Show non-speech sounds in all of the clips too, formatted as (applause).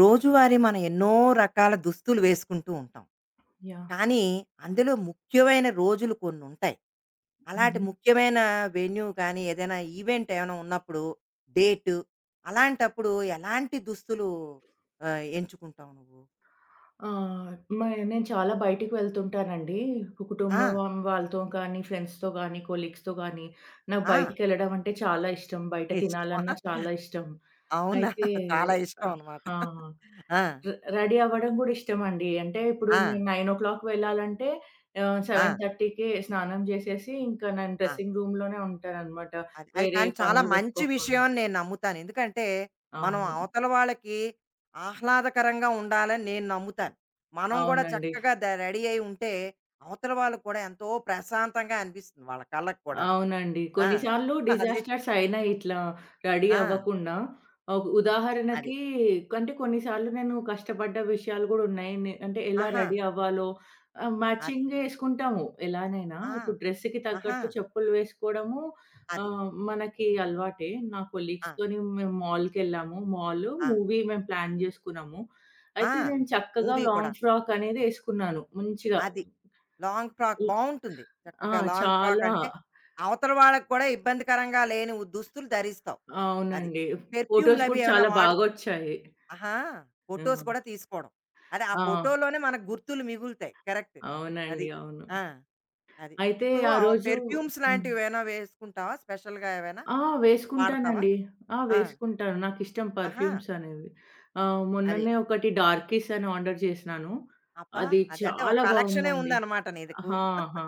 రోజువారీ మనం ఎన్నో రకాల దుస్తులు వేసుకుంటూ ఉంటాం. యాహ్! కానీ, అందులో ముఖ్యమైన రోజులు కొన్నుంటాయి. అలాంటి హుహు. ముఖ్యమైన వెన్యూ కానీ, ఏదైనా ఈవెంట్ ఏమైనా ఉన్నప్పుడు, డేటు అలాంటప్పుడు ఎలాంటి దుస్తులు ఎంచుకుంటావు నువ్వు? ఆహ్, మై నేను చాలా బయటికి వెళ్తుంటానండి. ఆ! కుటుంబం వాళ్ళతో కానీ, ఫ్రెండ్స్‌తో గానీ, కొలీగ్స్‌తో గానీ, నాకు ఆ! బయటికెళ్ళడం అంటే చాలా ఇష్టం. బయట ఇష్టమా? తినాలన్నా చాలా ఇష్టం. అవునా? అయితే చాలా ఇష్టం ఆహ్, అనమాట. ఆ! ఆ! రె రెడీ అవ్వడం గూడా ఇష్టమండి. అంటే ఇప్పుడు ఆ! నేను 9:00 వెళ్ళాలంటే ఆ! 7:30కే స్నానం జేసేసి, ఇంకా నేను ఆ! డ్రెసింగ్ రూమ్‌లోనే ఉంటాననమాట. అది. అది వేరే కానీ చాలా పనులు మంచి విషయం పెట్టుకోకుండా. అని నేను నమ్ముతాను. ఎందుకంటే, మనం అవును. అవతల వాళ్ళకి ఆహ్లాదకరంగా ఉండాలని నేను నమ్ముతాను. మనం గూడా అవునండి. చక్కగా రెడీ అయి ఉంటే, అవతల వాళ్ళకి కూడా ఎంతో ప్రశాంతంగా అనిపిస్తుంది వాళ్ళ కళ్ళకి కూడాను. అవునండి. ఆ! కొన్నిసార్లు అది. డిజాస్టర్స్ అయినాయి ఇట్లా రెడీ ఆ! అవ్వకుండా. అది. ఉదాహరణకి అంటే కొన్నిసార్లు నేను కష్టపడ్డ విషయాలు గూడా ఉన్నాయి. అంటే ఎలా ఆహా! రెడీ అవ్వాలో అది. మ్యాచింగే యేసుకుంటాము ఎలానైనా. ఆ! ఇప్పుడు డ్రెస్‌కి ఆహా! తగ్గట్టు చెప్పులు వేసుకోవడము అది. మనకి అలవాటే. నా ఆ! కొలీగ్స్‌తోని మేము మాల్‌కెళ్ళాము. మాల్, ఆ! మూవీ మేము ప్లాన్ జేసుకున్నాము. ఆ! అయితే నేను చక్కగా మూవీ కూడా. లాంగ్ ఫ్రాక్ అనేది యేసుకున్నాను మంచిగా. అది. లాంగ్ ఫ్రాక్ ల బావుంటుంది. ఆ! చక్కగా లాంగ్ ఫ్రాక్ చాలా. అంటే, అవతల వాళ్ళకి కూడా ఇబ్బందికరంగా లేని దుస్తులు ధరిస్తావు. అది. అవునండి. ఫోటోస్ పెర్ఫ్యూమ్‌లవి కూడా ఏమైనా చాలా వాడు బాగొచ్చాయి. ఆహా! ఆ! ఫోటోస్ కూడా తీసుకోవడం. అదే ఆ ఆ! ఫోటోలోనే మనకు గుర్తులు మిగులుతాయి. కరెక్ట్. అది. అవునండి. అవును. ఆ! అది. అయితే ఇప్పుడు ఆ ఆ రోజు పెర్ఫ్యూమ్స్ హ్మ్. లాంటివేమైనా వేసుకుంటావా? స్పెషల్‌గా ఏవైనా ఆ! వాడతావా? వేసుకుంటానండి. ఆ! ఆ! వేసుకుంటాను. నాకిష్టం ఆహా! పర్ఫ్యూమ్స్ అనేవి. అది. మొన్ననే ఒకటి 'డార్కీస్' అని ఆర్డర్ చేసినాను. అబ్బా! అది అది అంటే ఒక చాలా కలెక్షనే బాగుందండి. ఉందనమాట నీకు. ఆ! ఆ!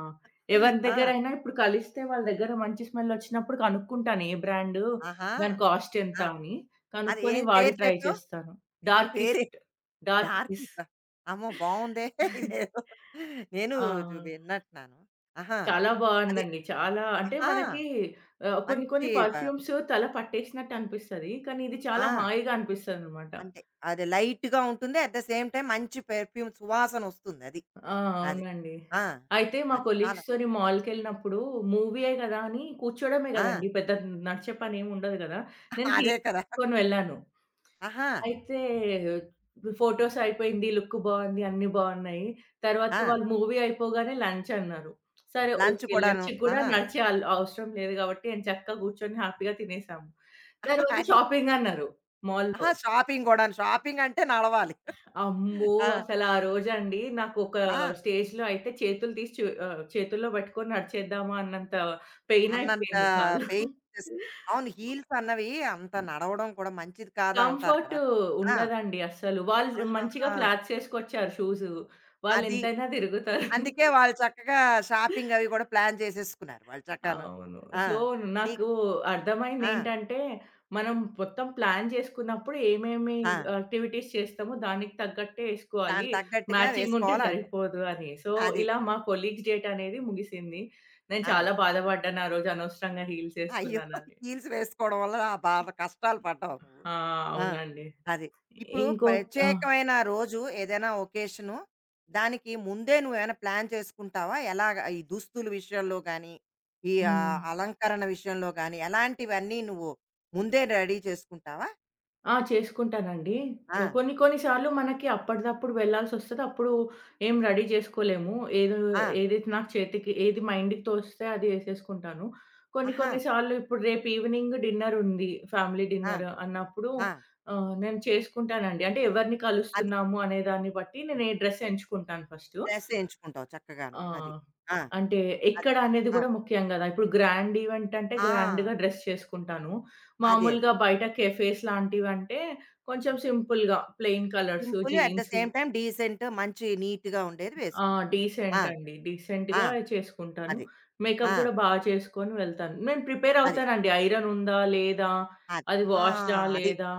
ఎవరి ఆ! దగ్గరైనా ఇప్పుడు కలిస్తే వాళ్ళ దగ్గర మంచి స్మెల్లొచ్చినప్పుడు కనుక్కుంటాను ఏ బ్రాండు, ఆహా! దాని కాస్ట్ ఎంత ఆ! అని. అది కనుక్కొని ఏం వాడి పేరు ట్రై చెప్పావు? చేస్తాను. పేరు 'డార్కీస్ట్'. 'డార్కీస్'. డార్కిసా? అమ్మో! బావుందే (laughs) ఇదేదో నేను ఆ! విన్నట్టున్నాను. ఆహా! చాలా అది బావుందండి. చాలా అంటే ఆహా! మనకి కొన్ని మంచి కొన్ని పర్ఫ్యూమ్స్ తల పట్టేసినట్టు అనిపిస్తది. కానీ ఇది ఆ! చాలా హాయిగా అనిపిస్తదనమాట. అంతే. అది లైట్‌గా ఉంటుంది. అట్ ద సేమ్ టైమ్ మంచి పెర్ఫ్యూమ్ సువాసనొస్తుందది. ఆ! అది. అవునండి. అది ఆ! అయితే మా అది. చాలా కొలీగ్స్‌తోని మాల్‌కెళ్ళినప్పుడు మూవీయే గదా! అని కూర్చోవడమే ఆ! గదండీ పెద్ద నడిచే పనేమి ఉండదు గదా! నేను (laughs) అదే హీల్ కదా! వేసుకొని వెళ్ళాను. ఆహా! అయితే ఫోటోస్ అయిపోయింది. లుక్ బావుంది. అన్నీ బావున్నాయి. తర్వాత ఆ! వాళ్ళు మూవీ అయిపోగానే లంచ్ అన్నారు. సరే లంచ్ ఓకే. కూడాను. లంచ్‌కి కూడా ఆహా! నడిచే ఆల్ అవసరం లేదు కాబట్టి నేను చక్కగా కూర్చొని హ్యాపీగా తినేసాము. (laughs) తర్వాత అది. షాపింగ్ అన్నారు మాల్‌లో. ఆహా! షాపింగ్ గూడాను. షాపింగంటే నడవాలి. (laughs) అమ్మో! ఆ! అసలు ఆ రోజండి నాకు ఒక ఆ! స్టేజ్‌లో అయితే చేతులు తీసి చేతుల్లో పట్టుకొని నడిచేద్దామా అన్నంత పెయిన్ అన్నంత అయిపోయింది కాళ్ళు. పెయిన్ వచ్చేసి అవును. హీల్స్ అన్నవి అంత నడవడం కూడా మంచిది కాదా అంటారు కంఫర్ట్ కదా! ఆ! ఉండదండి అస్సలు. వాళ్ళు మంచిగా ఆహాహా! ఫ్లాట్స్ ఏసుకొచ్చారు షూజు. అది. వాళ్ళెంతైనా తిరుగుతారు. అందుకే వాళ్ళు చక్కగా షాపింగ్ అవి కూడా ప్లాన్ చేసేసుకున్నారు వాళ్ళు చక్కాను. అవును. ఆ! సో, నీకు నాకు ఆ! అర్థమైందేంటంటే, మనం మొత్తం ప్లాన్ జేసుకున్నప్పుడు ఏమేమి ఆ! యాక్టివిటీస్ చేస్తామో దానికి తగ్గట్టే ఏసుకోవాలి. దానికి తగ్గట్టుగా మ్యాచింగుంటే వేసుకోవాలంటావు. సరిపోదు అని. సో, అది. ఇలా మా కొలీగ్స్ డేట్ అనేది ముగిసింది. నేను ఆ! చాలా బాధపడ్డాను ఆ రోజు అనవసరంగా హీల్స్ అయ్యో! ఏసుకున్నానని. హీల్స్ వేసుకోవడం వల్ల ఆ బాధ కష్టాలు పడ్డావు నువ్వు. ఆ! ఆ! అవునండి. అది. ఇప్పుడు ఇంకో ఆ! ప్రత్యేకమైన రోజు ఏదైనా ఒకేషను, దానికి ముందే నువ్వేమైనా ప్లాన్ చేసుకుంటావా? ఎలాగ ఈ దుస్తుల విషయంలో గానీ, ఈ హ్మ్. అలంకరణ విషయంలో గానీ, ఎలాంటివన్నీ నువ్వు ముందే రెడీ చేసుకుంటావా? ఆ! చేసుకుంటానండి. ఆ! ఓ కొన్ని కొన్ని సార్లు మనకి అప్పటిదప్పుడు వెళ్ళాల్సొస్తది. అప్పుడు ఏం రెడీ జేసుకోలేము. ఏదో ఆ! ఏదైతే నాకు చేతికి ఏది మైండ్‌కి తోస్తే అది ఏసేసుకుంటాను. కొన్ని ఆహా! కొన్ని సార్లు ఇప్పుడు రేపు ఈవినింగ్ డిన్నరుంది. ఫ్యామిలీ ఆ! డిన్నర్ అన్నప్పుడు ఆ! నేను చేసుకుంటానండి. అంటే ఎవరిని అది కలుస్తున్నాము అనే దాన్ని బట్టి నేను ఏ డ్రెస్ ఎంచుకుంటాను ఫస్టు. డ్రెస్ ఎంచుకుంటావు చక్కగాను. ఆ! అది. ఆ! అంటే అది. ఎక్కడ అనేది ఆ! గూడా ముఖ్యం గదా! ఇప్పుడు గ్రాండ్ ఈవెంట్ అంటే గ్రాండ్‌గా ఆ! డ్రెస్ చేసుకుంటాను. అదే. అది. మామూలుగా బయట కెఫేస్ లాంటివంటే కొంచెం సింపుల్‌గా plain colours, simple at the jeans. Same time decent మంచి నీట్‌గా ఉండేది ఆ! వేసుకుంటాం. ఆ! డీసెంట్ అండి. ఆ! డీసెంట్‌గా చేసుకుంటాను. అది. మేకప్ ఆ! గూడా చేసుకొని వెళ్తాను. నేను ప్రిపేర్ అది. అవుతానండి. ఐరన్ ఉందా? లేదా? అది. అది ఆ! వాష్‌డా? అది. లేదా?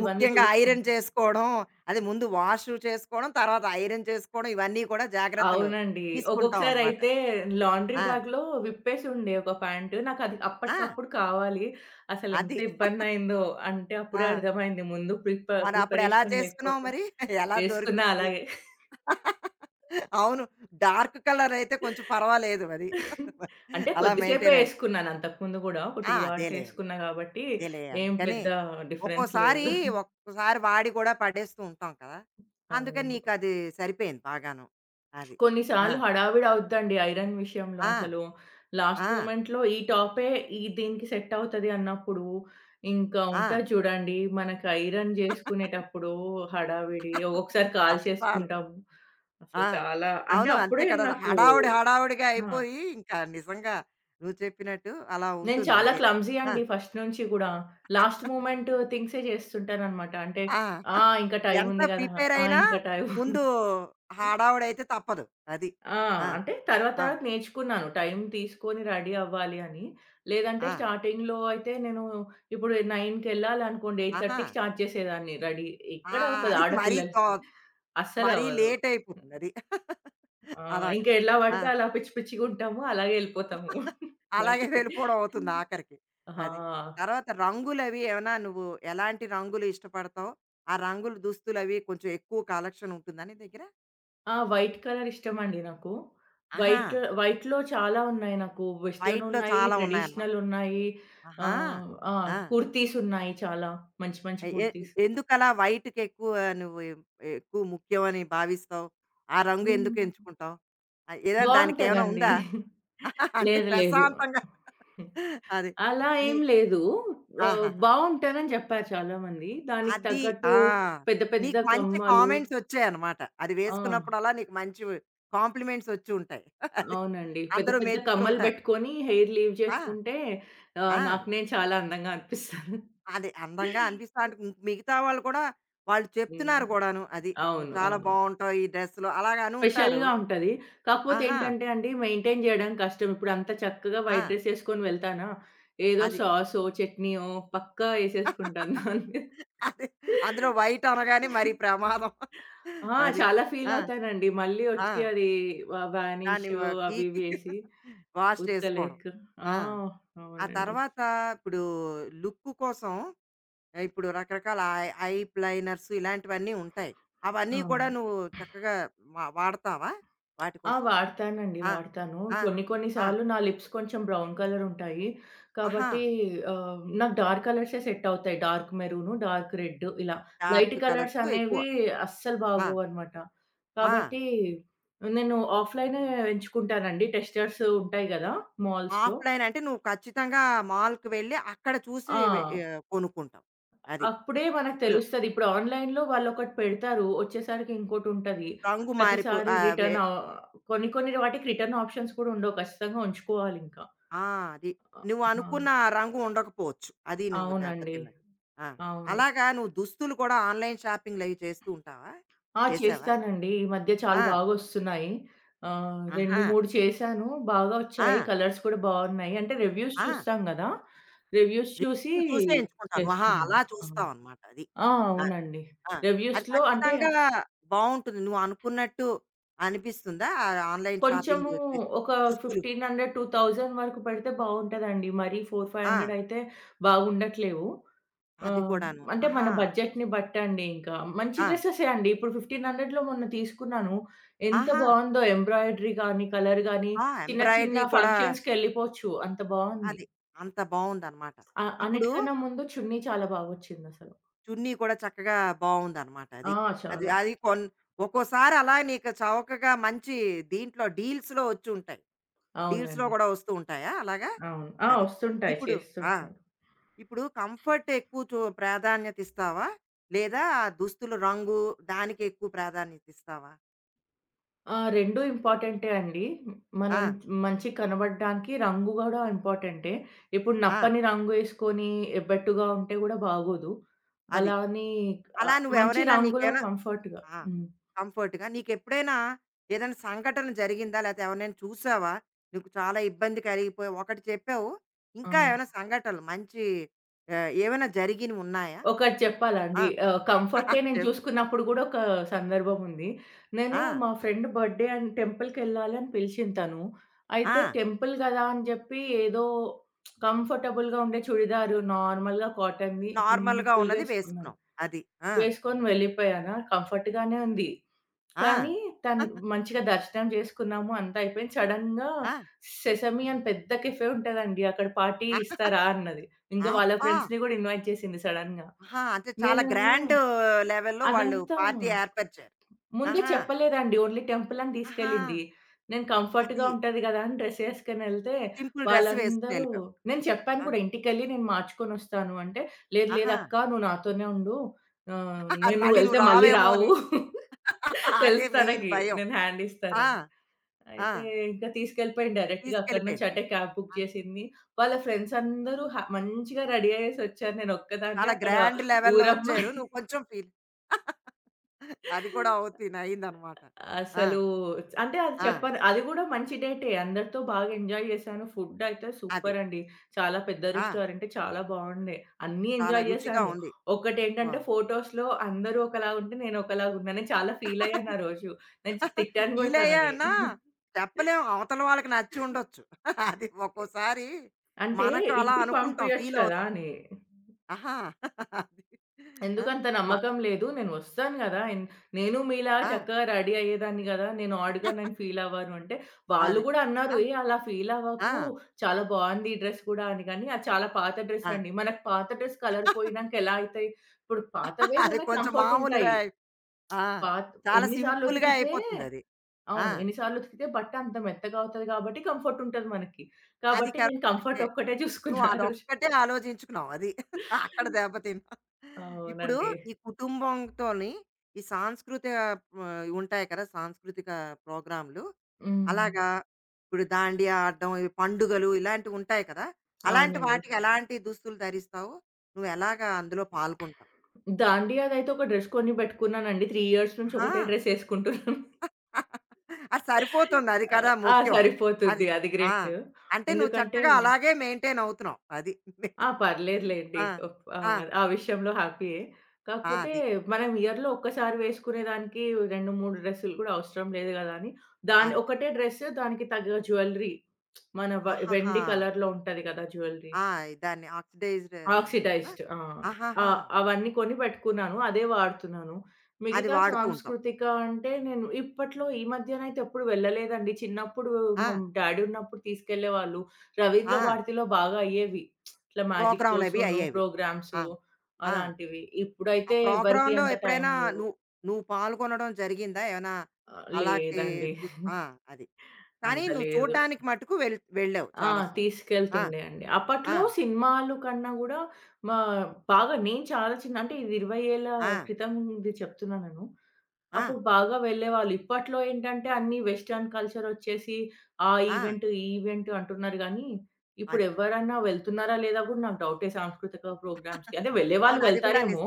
ఇవన్నీ ముఖ్యంగా ఐరన్ చూసుకుంటా. చేసుకోవడం, అది ముందు వాష్ చేసుకోవడం, తర్వాత ఐరన్ చేసుకోవడం ఇవన్నీ కూడా జాగ్రత్తలు అవునండి. తీసుకుంటాం అనమాట. ఒక్కొక్కసారయితే లాండ్రీ ఆ! బ్యాగ్‌లో విప్పేసి ఉండే ఒక ప్యాంటు. నాకది ఆ! అప్పటికప్పుడు కావాలి. అసలెంత అది. ఇబ్బందయిందో అంటే ఆ! అప్పుడే అర్థమైంది. ముందు ప్రిప మరి అప్పుడు ఎలా ప్రిపరేషన్ చేసుకున్నావు లేకపోతే మరి? (laughs) ఎలా వేసుకున్నా దొరికింది? అలాగే. (laughs) అవును. డార్క్ కలర్ అయితే కొంచెం పర్వాలేదు మరి. అంటే అలా కొద్దిసేపే మెయింటైన్ అయ్యి యేసుకున్నాను అంతకుముందు గూడా. ఒక ఆ! 2 అవర్స్ అదేలే. యేసుకున్నా గాబట్టి అదేలే. ఏం అందుకనే. పెద్ద డిఫరెన్స్ ఒక్కోసారి, లేదు. ఒక్కోసారి వాడి కూడా పడేస్తూ ఉంటాం కదా! అందుకని అవును. నీకది సరిపోయింది బాగాను. అది. కొన్ని ఆ! సార్లు హడావిడి అవుద్దండి ఐరన్ విషయంలో ఆ! అసలు. ఆ! లాస్ట్ మొమెంట్‌లో ఈ టాపే ఈ దీనికి సెట్ అవుతది అన్నప్పుడు, ఇంకా ఆ! ఉంటది చూడండి మనకి ఐరన్ జేసుకునేటప్పుడు హడావిడి. ఒక్కొక్కసారి కష్టాలు. కాల్చేసుకుంటాము. ఆ! అసలు చాలా అంటే అవును. అంతే అప్పుడే కదా! నాకు హడావుడి, హడావుడిగా ఆ! అయిపోయి ఇంకా నిజంగా నువ్వు చెప్పినట్టు అలా నేను ఉంటుంది. చాలా అంతే. క్లమ్జీ ఆ! అండి ఫస్ట్ నుంచి గూడా. లాస్ట్ మొమెంట్ థింగ్సే జేస్తుంటాననమాట. అంటే ఆ! ఆ! ఇంకా టైం ఎంత ఉంది గదా! ప్రిపేర్ ఆ! అయినా ఇంకా టైం ముందు హడావుడైతే తప్పదు. అది. ఆ! ఆ! అంటే తర్వాత ఆ! తర్వాత నేర్చుకున్నాను. టైం తీసుకొని రెడీ అవ్వాలి అని. లేదంటే ఆ! స్టార్టింగ్‌లో అయితే నేను ఇప్పుడు 9:00కెళ్ళాలనుకోండి ఆహా! 8:30కి స్టార్ట్ చేసేదాన్ని రెడీ. ఆ! ఎక్కడవుతది అది ఆడపిల్లలకి? మరీ అస్సలవ్వదు. లేట్ అయిపోతుంది అది. (laughs) ఆ! అలాగా. ఇంక ఎలా ఆ! పడితే అలా పిచ్చి పిచ్చిగుంటాము. అలాగే ఎళ్ళిపోతాము అలాగే బయటికి. వెళ్ళిపోవడం అవుతుంది ఆఖరికి. అది. ఆ! తర్వాత రంగులవి ఏమైనా నువ్వు ఎలాంటి రంగులు ఇష్టపడతావు? ఆ రంగులు దుస్తులవి కొంచెం ఎక్కువ కలెక్షన్ ఉంటుందా నీ దగ్గర? ఆ! వైట్ కలర్ ఇష్టమండి నాకు. ఆహా! వైట్ వైట్‌లో చాలా ఉన్నాయి నాకు. వెస్టర్న్ వైట్‌లో ఉన్నాయి, చాలా ఉన్నాయన్నమాట. ట్రెడిషనల్ ఉన్నాయి. ఆహా! ఆహ్, ఆ! ఆ! కుర్తీస్ ఉన్నాయి చాలా. మంచి మంచి ఎ కుర్తీస్. ఎందుకలా వైట్‌కెక్కువ నువ్వు ఎక్కువ ముఖ్యమని భావిస్తావు? ఆ రంగు ఎందుకు హ్మ్. ఎంచుకుంటావు? ఏదైనా దానికేమైనా బావుంటదండి. ఉందా? (laughs) అంటే లేదు లేదు. ప్రశాంతంగా అది. అలా నీ ఏం లేదు. ఆహాహా! బావుంటదని జెప్పారు చాలా మంది. దానికి అది తగ్గట్టు ఆ! పెద్ద పెద్ద నీకు మంచి కమ్మలు. కామెంట్స్ వచ్చాయన్నమాట. అది ఆ! వేసుకున్నప్పుడల్లా నీకు మంచి కాంప్లిమెంట్స్ వచ్చి ఉంటాయి. (laughs) అది అవునండి. పెద్ద అందరూ పెద్ద మెచ్చుకొని కమ్మలు ఉంటారు. బెట్టుకొని హెయిర్ లీవ్ ఆ! జేసుకుంటే ఆ! నాకు నేను చాలా అందంగా అనిపిస్తాను. అది అందంగా అనిపిస్తా అంటే ఇంక మిగతా వాళ్ళు కూడా వాళ్ళు హ్మ్. చెప్తున్నారు కూడాను. అది "నువ్వు అవును. చాలా అవును. బావుంటావు ఈ డ్రెస్‌లో" అలాగ అని ఉంటారు. స్పెషల్‌గా ఉంటది. కాకపోతే ఆహా! ఏంటంటే అండి మెయింటైన్ జేయడం కష్టం. ఇప్పుడు అంత చక్కగా వైట్ ఆ! డ్రెస్ ఏసుకొని వెళ్తానా, ఏదో అది. సాసో, చట్నీయో పక్కా ఏసేసుకుంటాను (laughs) దాని మీద. అది. అందులో వైట్ అనగానే మరి ప్రమాదం. (laughs) ఆ! అది. చాలా ఫీల్ ఆ! అవుతానండి. మళ్ళీ ఆ! వచ్చి అది దాన్ని వానిషు అవి గీకి ఇవి ఏసి వాష్ చేసుకోవడం. ఉతకలేక. ఆ! ఆ! ఆ అవునండి. తర్వాత ఇప్పుడు లుక్ కోసం ఇప్పుడు రకరకాల ఐ ఐ ప్లైనర్స్ ఇలాంటివన్నీ ఉంటాయి. అవన్నీ కూడా అవును. నువ్వు చక్కగా వాడతావా వాటి ఆ! కోసం? వాడతానండి. ఆ! వాడతాను. ఆ! కొన్ని కొన్ని ఆ! సార్లు నా లిప్స్ కొంచెం బ్రౌన్ కలర్ ఉంటాయి. ఆహా! కాబట్టి నాకు డార్క్ కలర్సే సెట్ అవుతాయి. డార్క్ మెరూను, డార్క్ రెడ్ ఇలా. లైట్ డార్క్ కలర్స్ కలర్స్ ఎక్కువ. అనేవి అస్సలు ఆ! బాగోవనమాట. ఆ! కాబట్టి నేను ఆఫ్‌లైనే ఎంచుకుంటానండి. టెస్టర్స్ ఉంటాయి గదా! మాల్స్‌లో. ఆఫ్‌లైన్ అంటే నువ్వు ఖచ్చితంగా మాల్‌కి వెళ్ళి అక్కడ చూసి ఆ! కొనుక్కుంటావు. అది. అప్పుడే మనకు ఇప్పుడు తెలుస్తది. ఇప్పుడు ఆన్‌లైన్‌లో వాళ్ళొకటి పెడతారు. వచ్చేసరికి ఇంకోటుంటది. రంగు ప్రతిసారి రిటర్న్ ఆహ్, కొన్ని కొన్ని వాటికి రిటర్న్ ఆప్షన్స్ కూడా ఉండవు. ఖచ్చితంగా ఉంచుకోవాలింకా. ఆ! అది. ఆ! ఆ! నువ్వనుకున్న ఆ రంగు ఉండకపోవచ్చు. అది నువ్వు అవునండి. దెబ్బతిన్నది. ఆ! అవును. అలాగా నువ్వు దుస్తులు కూడా ఆన్‌లైన్ షాపింగ్‌లవి చేస్తూ ఉంటావా? ఆ! చేసావా? చేస్తానండి. ఈ మధ్య చాలా ఆ! బాగొస్తున్నాయి. 2, ఆహా! 3 చేశాను. బాగా వచ్చాయి. ఆ! కలర్స్ కూడా బావున్నాయి. అంటే రివ్యూస్ ఆ! చూస్తాం గదా! రివ్యూస్ చూసి రివ్యూలు చూసే ఎంచుకుంటావు. ఆహా! చేసుకున్నాను. అలా అవును. చూస్తావనమాట అది. ఆ! ఆ! అవునండి. ఆ! అది రివ్యూస్‌లో అంటే ఖచ్చితంగా బావుంటుంది. నువ్వనుకున్నట్టు అనిపిస్తుందా? ఆ ఆన్‌లైన్ షాపింగ్ కొంచెము చేసి ఒక దుస్తులు? 1,500, 2,000 వరకు పడితే బావుంటదండి. మరీ 4, ఆ! 500 అయితే బాగుండట్లేవు. అది ఆహ్, కూడాను. అంటే మన ఆహా! బడ్జెట్‌ని బట్టండి ఇంకా. మంచి ఆ! డ్రెసెసే అండి. ఇప్పుడు 1,500లో మొన్న తీసుకున్నాను. ఎంత ఆహా! బావుందో ఎంబ్రాయిడరీ గానీ, కలర్ గానీ ఆ! చిన్న చిన్న ఎంబ్రాయిడరీ కూడా ఫంక్షన్స్‌కెళ్ళిపోవచ్చు. అంత బావుంది. అది. అంత బావుందనమాట. ఇప్పుడు అన్నిటికన్నా ముందు చున్నీ చాలా బాగొచ్చిందసలు. చున్నీ కూడా చక్కగా బావుందనమాట అది. ఆ! అది చాలా. అది ఒక్కోసారి అలా నీకు చవకగా మంచి దీంట్లో డీల్స్‌లో వచ్చుంటాయి. డీల్స్‌లో అవునండి. గూడా వస్తూ ఉంటాయా అలాగా? అవును. ఆ! అది. వస్తుంటాయి. ఇప్పుడు ఆ! చేస్తుంటాను. ఇప్పుడు కంఫర్ట్ ఎక్కువ ప్రాధాన్యత ఇస్తావా? లేదా దుస్తులు రంగు దానికి ఎక్కువ ప్రాధాన్యత ఇస్తావా? ఆ! 2 ఇంపార్టెంటే అండి. ఆ! మనం మంచిగా కనబడడానికి రంగు గూడా ఇంపార్టెంటే. ఇప్పుడు ఆ! నప్పని రంగు ఏసుకొని ఎబ్బెట్టుగా ఉంటే గూడా బాగోదు. అది. అలా అని అలా మంచి నువ్వెవరైనా రంగులో నీకేమైనా కంఫర్ట్‌గా. ఆ! హ్మ్. కంఫర్ట్‌గా. నీకెప్పుడైనా ఏదైనా సంఘటన జరిగిందా? లేతే ఎవరినైనా చూసావా? నీకు చాలా ఇబ్బంది కలిగిపోయి ఒకటి చెప్పావు. ఇంకా అవును. ఏమైనా సంఘటనలు మంచి ఏమైనా జరిగినవున్నాయా? ఒకటి చెప్పాలా ఆ! అండి? కంఫర్టే (laughs) నేను చెప్ చూసుకున్నప్పుడు గూడా ఒక సందర్భం ఉంది. నేను ఆ! మా ఫ్రెండ్ బర్త్‌డే అండ్ టెంపుల్‌కెళ్ళాలని పిలిచింది తను. అయితే ఆ! టెంపుల్ గదా అని జెప్పి ఏదో కంఫర్టబుల్‌గా ఉండే చుడిదారు నార్మల్‌గా కాటన్‌ది నార్మల్‌గా సింపుల్‌గా ఉన్నది ఏసుకున్నాను. వేసుకున్నావు. అది. ఆ! వేసుకొని వెళ్ళిపోయానా, కంఫర్ట్‌గానే ఉంది. కానీ ఆ! తను (laughs) మంచిగా దర్శనం చేసుకున్నాము, అంతా అయిపోయింది. సడెన్‌గా ఆ! సెసమి అని పెద్ద కెఫే ఉంటదండి. అక్కడ పార్టీ ఇస్తారా అన్నది. ఆ, ఇంకా వాళ్ళ అబ్బా! ఫ్రెండ్స్‌ని గూడా ఇన్వైట్ చేసింది సడెన్‌గా. ఆహా! అంటే చాలా నేనన్నా గ్రాండ్ లెవెల్‌లో వాళ్ళు అదంతా పార్టీ ఏర్పరిచారు. ముందే ఆహా! చెప్పలేదండి. ఓన్లీ టెంపుల్ అని ఆహా! తీసుకెళ్ళింది. నేను కంఫర్ట్‌గా అది. ఉంటది గదా! అని డ్రెస్ ఏసుకొనెళ్తే సింపుల్ డ్రెస్ వేసుకొని వాళ్ళందరూ ఎళ్ళిపోయావు. నేను చెప్పాను ఆ! కూడా ఇంటికెళ్ళి నేను మార్చుకొనొస్తాను అంటే, "లేదు లేదు ఆహా! అక్క నువ్వు నాతోనే ఉండు. అది నేను మళ్ళీ నువ్వెళ్తే నువ్వు మళ్ళీ రావేమో అని. రావు." (laughs) (laughs) అదే తెలుసు మెయిన్ తనకి భయం. నేను హ్యాండ్ ఆ! ఇస్తానని. ఆ! అయితే ఇంకా తీసుకెళ్ళిపోయాను డైరెక్ట్‌గా అక్కడి నుంచి తీసుకెళ్ళిపోయింది. అంటే క్యాబ్ బుక్ ఆ! చేసింది. వాళ్ళ ఫ్రెండ్స్ అందరూ మంచిగా రెడీ అయ్యేసొచ్చారు. నేనొక్కదాన్నే చాలా అక్కడ గ్రాండ్ లెవెల్‌లో ఊరమ్మా. వచ్చారు. నువ్వు కొంచెం ఫీల్ (laughs) అది కూడా (laughs) అవుతుంది అయిందనమాట. ఆ! అసలు అంటే అది ఆ! చెప్పను. అది గూడా మంచి డేటే. అందరితో బాగా ఎంజాయ్ చేశాను. ఫుడ్ అయితే అది. సూపర్ అండి. చాలా పెద్ద ఆ! రెస్టారెంటే. చాలా బావుండే. అన్నీ చాలా ఎంజాయ్ రుచిగా చేశాను. ఉంది. వా ఒకటేంటంటే ఫోటోస్‌లో అందరూ ఒకలాగా ఉంటే నేను ఒకలాగా ఉన్నా. నేను చాలా ఫీల్ (laughs) అయ్యాను ఆ రోజు. నేను తిట్టాను గూడా ఫీల్ తనని. అయ్యానా చెప్పలేం (laughs) అవతల వాళ్ళకి నచ్చి ఉండొచ్చు. (laughs) అది ఒక్కోసారి అంటే మనకు అలా ఇంటికి అనుకుంటాం. పంపియొచ్చు ఫీల్ కదా! అవుతాం. అని. ఆహా! (laughs) అది. ఆ! ఎందుకంత మ నమ్మకం లేదు. నేను వస్తాను గదా! నేను మీలా ఆ! చక్కగా రెడీ అయ్యేదాన్ని గదా! నేను ఆడ్‌గా నేను (laughs) ఫీల్ అవ్వను అంటే, వాళ్ళు అది. గూడా అన్నారు, ఆ! "ఏ అలా ఫీల్ అవ్వకు. ఆ! చాలా బావుంది ఈ డ్రెస్ కూడా" అని. కానీ అది చాలా పాత డ్రెస్ ఆ! అండి. మనకు పాత డ్రెస్ కలర్ (laughs) పోయినంక ఎలా అయితాయి? ఇప్పుడు పాతవే అది మనకు కొంచెం కంఫర్ట్ మామూలుగా ఉంటాయి. అయి ఆ! పాత చాలా ఎన్ని సార్లు సింపుల్‌గా ఉతికితే అయిపోతుందది. ఆ! అవును. ఎన్ని సార్లు ఉతికితే బట్ట అంత మెత్తగా అవుతది గాబట్టి కంఫర్ట్ ఉంటది మనకి. అది కాబట్టి నేను కరెక్టే. కంఫర్ట్ ఒక్కటే నువ్వు చూసుకున్నా ఆ రోజు. అదొక్కటే ఆలోచించుకున్నావు అది. (laughs) అక్కడ దెబ్బతిన్నావు. ఇప్పుడు అవునండి. ఈ కుటుంబంతోని ఈ సాంస్కృతిక ఉంటాయి కదా! సాంస్కృతిక ప్రోగ్రామ్‌లు. హ్మ్. అలాగా ఇప్పుడు దాండియా ఆడడం, ఈ పండుగలు ఇలాంటివి ఉంటాయి కదా! అలాంటి అవునండి. వాటికి ఎలాంటి దుస్తులు ధరిస్తావు? నువ్వెలాగా అందులో పాల్గొంటావు? దాండియాదైతే ఒక డ్రెస్ కొని పెట్టుకున్నానండి. 3 ఇయర్స్ నుంచి ఆహా! ఒకటే డ్రెస్ ఏసుకుంటున్నాను. అది సరిపోతుంది. అది కదా ఆ! ముఖ్యం. అది. సరిపోతుంది. అది ఆ! గ్రేట్. అంటే నువ్వు ఎందుకంటే చక్కగా అలాగే మెయింటైన్ అవుతున్నావు. అది. ఆ! పర్లేదులెండి. ఆ! ఆ! ఆ విషయంలో హ్యాపీయే. ఆ! కాకపోతే అది. మనం ఇయర్‌లో ఒక్కసారి వేసుకునే దానికి 2, 3 డ్రెస్సులు కూడా అవసరం లేదు గదా! అని దాని అది. ఒకటే డ్రెస్ దానికి తగ్గ జ్యువెలరీ. మన ఆహాహా! వెండి కలర్‌లో ఉంటది కదా! జ్యువెలరీ. ఆ! దాన్ని ఆక్సిడైజ్డ్ ఏదో అంటారు కదా! ఆక్సిడైజ్డ్. ఆ! ఆ! ఆహాహా! అవన్నీ కొని పెట్టుకున్నాను. అదే వాడుతున్నాను. అది మిగతా వాడుతూ ఉంటాం. సాంస్కృతిక అంటే నేను ఇప్పట్లో ఈ మధ్యనైతే ఎప్పుడు వెళ్ళలేదండి. చిన్నప్పుడు ఆ! మా డ్యాడీ ఉన్నప్పుడు తీసుకెళ్ళేవాళ్ళు. రవీంద్ర ఆ! భారతిలో బాగా అయ్యేవి. ఇట్లా మ్యాజిక్ ప్రోగ్రామ్‌లవి షోసును, అయ్యేవి. ఆ! ప్రోగ్రామ్సు ఆ! అలాంటివి. ఆ ఇప్పుడైతే ఎవరికీ ప్రోగ్రామ్‌లో అంత టైం ఎప్పుడైనా లేవు. నువ్వు నువ్వు పాల్గొనడం జరిగిందా? ఏమైనా ఆ! అలాంటి లేదండి. ఆ! (laughs) అది. కానీ అంత నువ్వు లేదు. చూడ్డానికి మట్టుకు వెళ్ళావు ఆ! చాలా సార్లు. ఆ! తీసుకెళ్తుండే అండి. ఆ! అప్పట్లో సినిమాలు కన్నా గూడా మా బాగా నేను చాలా చిన్న అంటే ఇది 20 ఏళ్ల ఆ! క్రితంది చెప్తున్నా నేను. ఆ! అప్పుడు బాగా వెళ్ళేవాళ్ళు. ఇప్పట్లో ఏంటంటే అన్నీ వెస్టర్న్ కల్చర్ ఒచ్చేసి ఆ ఆ! ఈవెంట్, ఈ ఈవెంట్ అంటున్నారు గానీ, ఇప్పుడు అది. ఎవరన్నా వెళ్తున్నారా లేదా గూడా నాకు డౌటే సాంస్కృతిక ప్రోగ్రామ్స్‌కి. అంటే అవును. వెళ్ళేవాళ్ళు అది కూడా వెళ్తారేమో!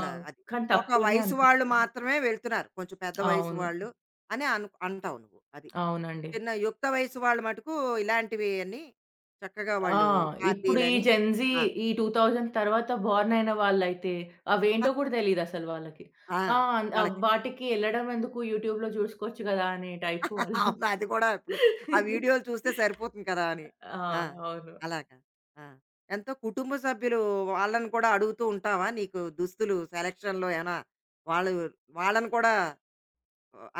ఆ! అది. కానీ ఒక తక్కువనే వయసు వాళ్ళు అనిపిస్తుంది. మాత్రమే వెళ్తున్నారు. కొంచెం పెద్ద వయసు అవును. వాళ్ళు అని అంటావు నువ్వు. అది. అవునండి. చిన్న యుక్త వయసు వాళ్ళు మటుకు ఇలాంటివి అన్ని చక్కగా ఆ! వాళ్ళు ఇప్పుడు ఈ పార్టీలని జెన్‌జీ ఆ! ఈ 2000 తర్వాత బోర్న్ అయిన వాళ్ళైతే అవేంటో కూడా తెలీదసలు వాళ్ళకి. ఆ! ఆ! వాళ్ళకి. వాటికి ఎళ్ళడం ఎందుకు యూట్యూబ్‌లో చూసుకోవచ్చు గదా! అనే టైపు వాళ్ళు. అవును. అది కూడా ఇప్పుడు ఆ వీడియోలు చూస్తే సరిపోతుంది కదా! అని. ఆ! ఆ! అవును. అలాగా. ఆ! ఎంతో కుటుంబ సభ్యులు వాళ్ళని కూడా అడుగుతూ ఉంటావా? నీకు దుస్తులు సెలక్షన్‌లో ఏమైనా వాళ్ళు వాళ్ళని కూడా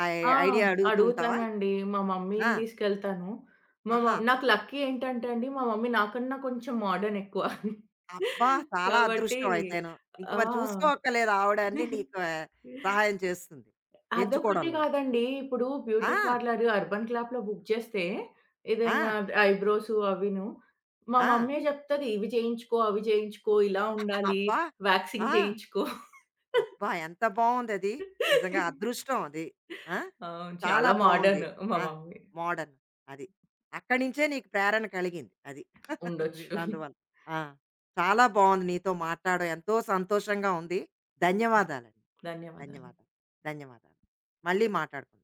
ఐ ఆ! ఐడియా అడుగుతూ ఉంటావా? అడుగుతానండి. మా ఆ! మమ్మీని తీసుకెళ్తాను. మా ఆహా! మమ్ నాకు లక్కీ ఏంటంటే అండి, మా మమ్మీ నాకన్నా కొంచెం మోడర్న్ ఎక్కువ. అబ్బా! చాలా కాబట్టి అదృష్టం అయితేను. ఇంక ఆ! మరి చూసుకోక్కర్లేదు ఆవిడ అన్నీ నీకు సహాయం చేస్తుంది. అదొక్కటే ఎంచుకోవడంలోని. కాదండి. ఇప్పుడు బ్యూటీ ఆ! పార్లర్, అర్బన్ క్లాప్‌లో బుక్ చేస్తే ఆ! ఏదైనా ఐబ్రోస్ అవిను మా ఆ! మమ్మీ చెప్తది. ఇవి చేయించుకో, అవి చేయించుకో, ఇలా ఉండాలి, అబ్బా! ఆ! వాక్సింగ్ చేయించుకో. అబ్బా! ఎంత బావుందది. నిజంగా అదృష్టం అది. ఆ! అవును. చాలా చాలా బావుంది. మోడర్న్ మా ఆ! మమ్మీ. మోడర్న్ అది. అక్కడి నుంచే నీకు ప్రేరణ కలిగింది. అది. (laughs) అది ఉండొచ్చు. అందువల్ల. ఆ! చాలా బావుంది నీతో మాట్లాడడం. ఎంతో సంతోషంగా ఉంది. ధన్యవాదాలండి. ధన్యవాదాలు. ధన్యవాదాలు. ధన్యవాదాలు. మళ్ళీ మాట్లాడుకుందాం.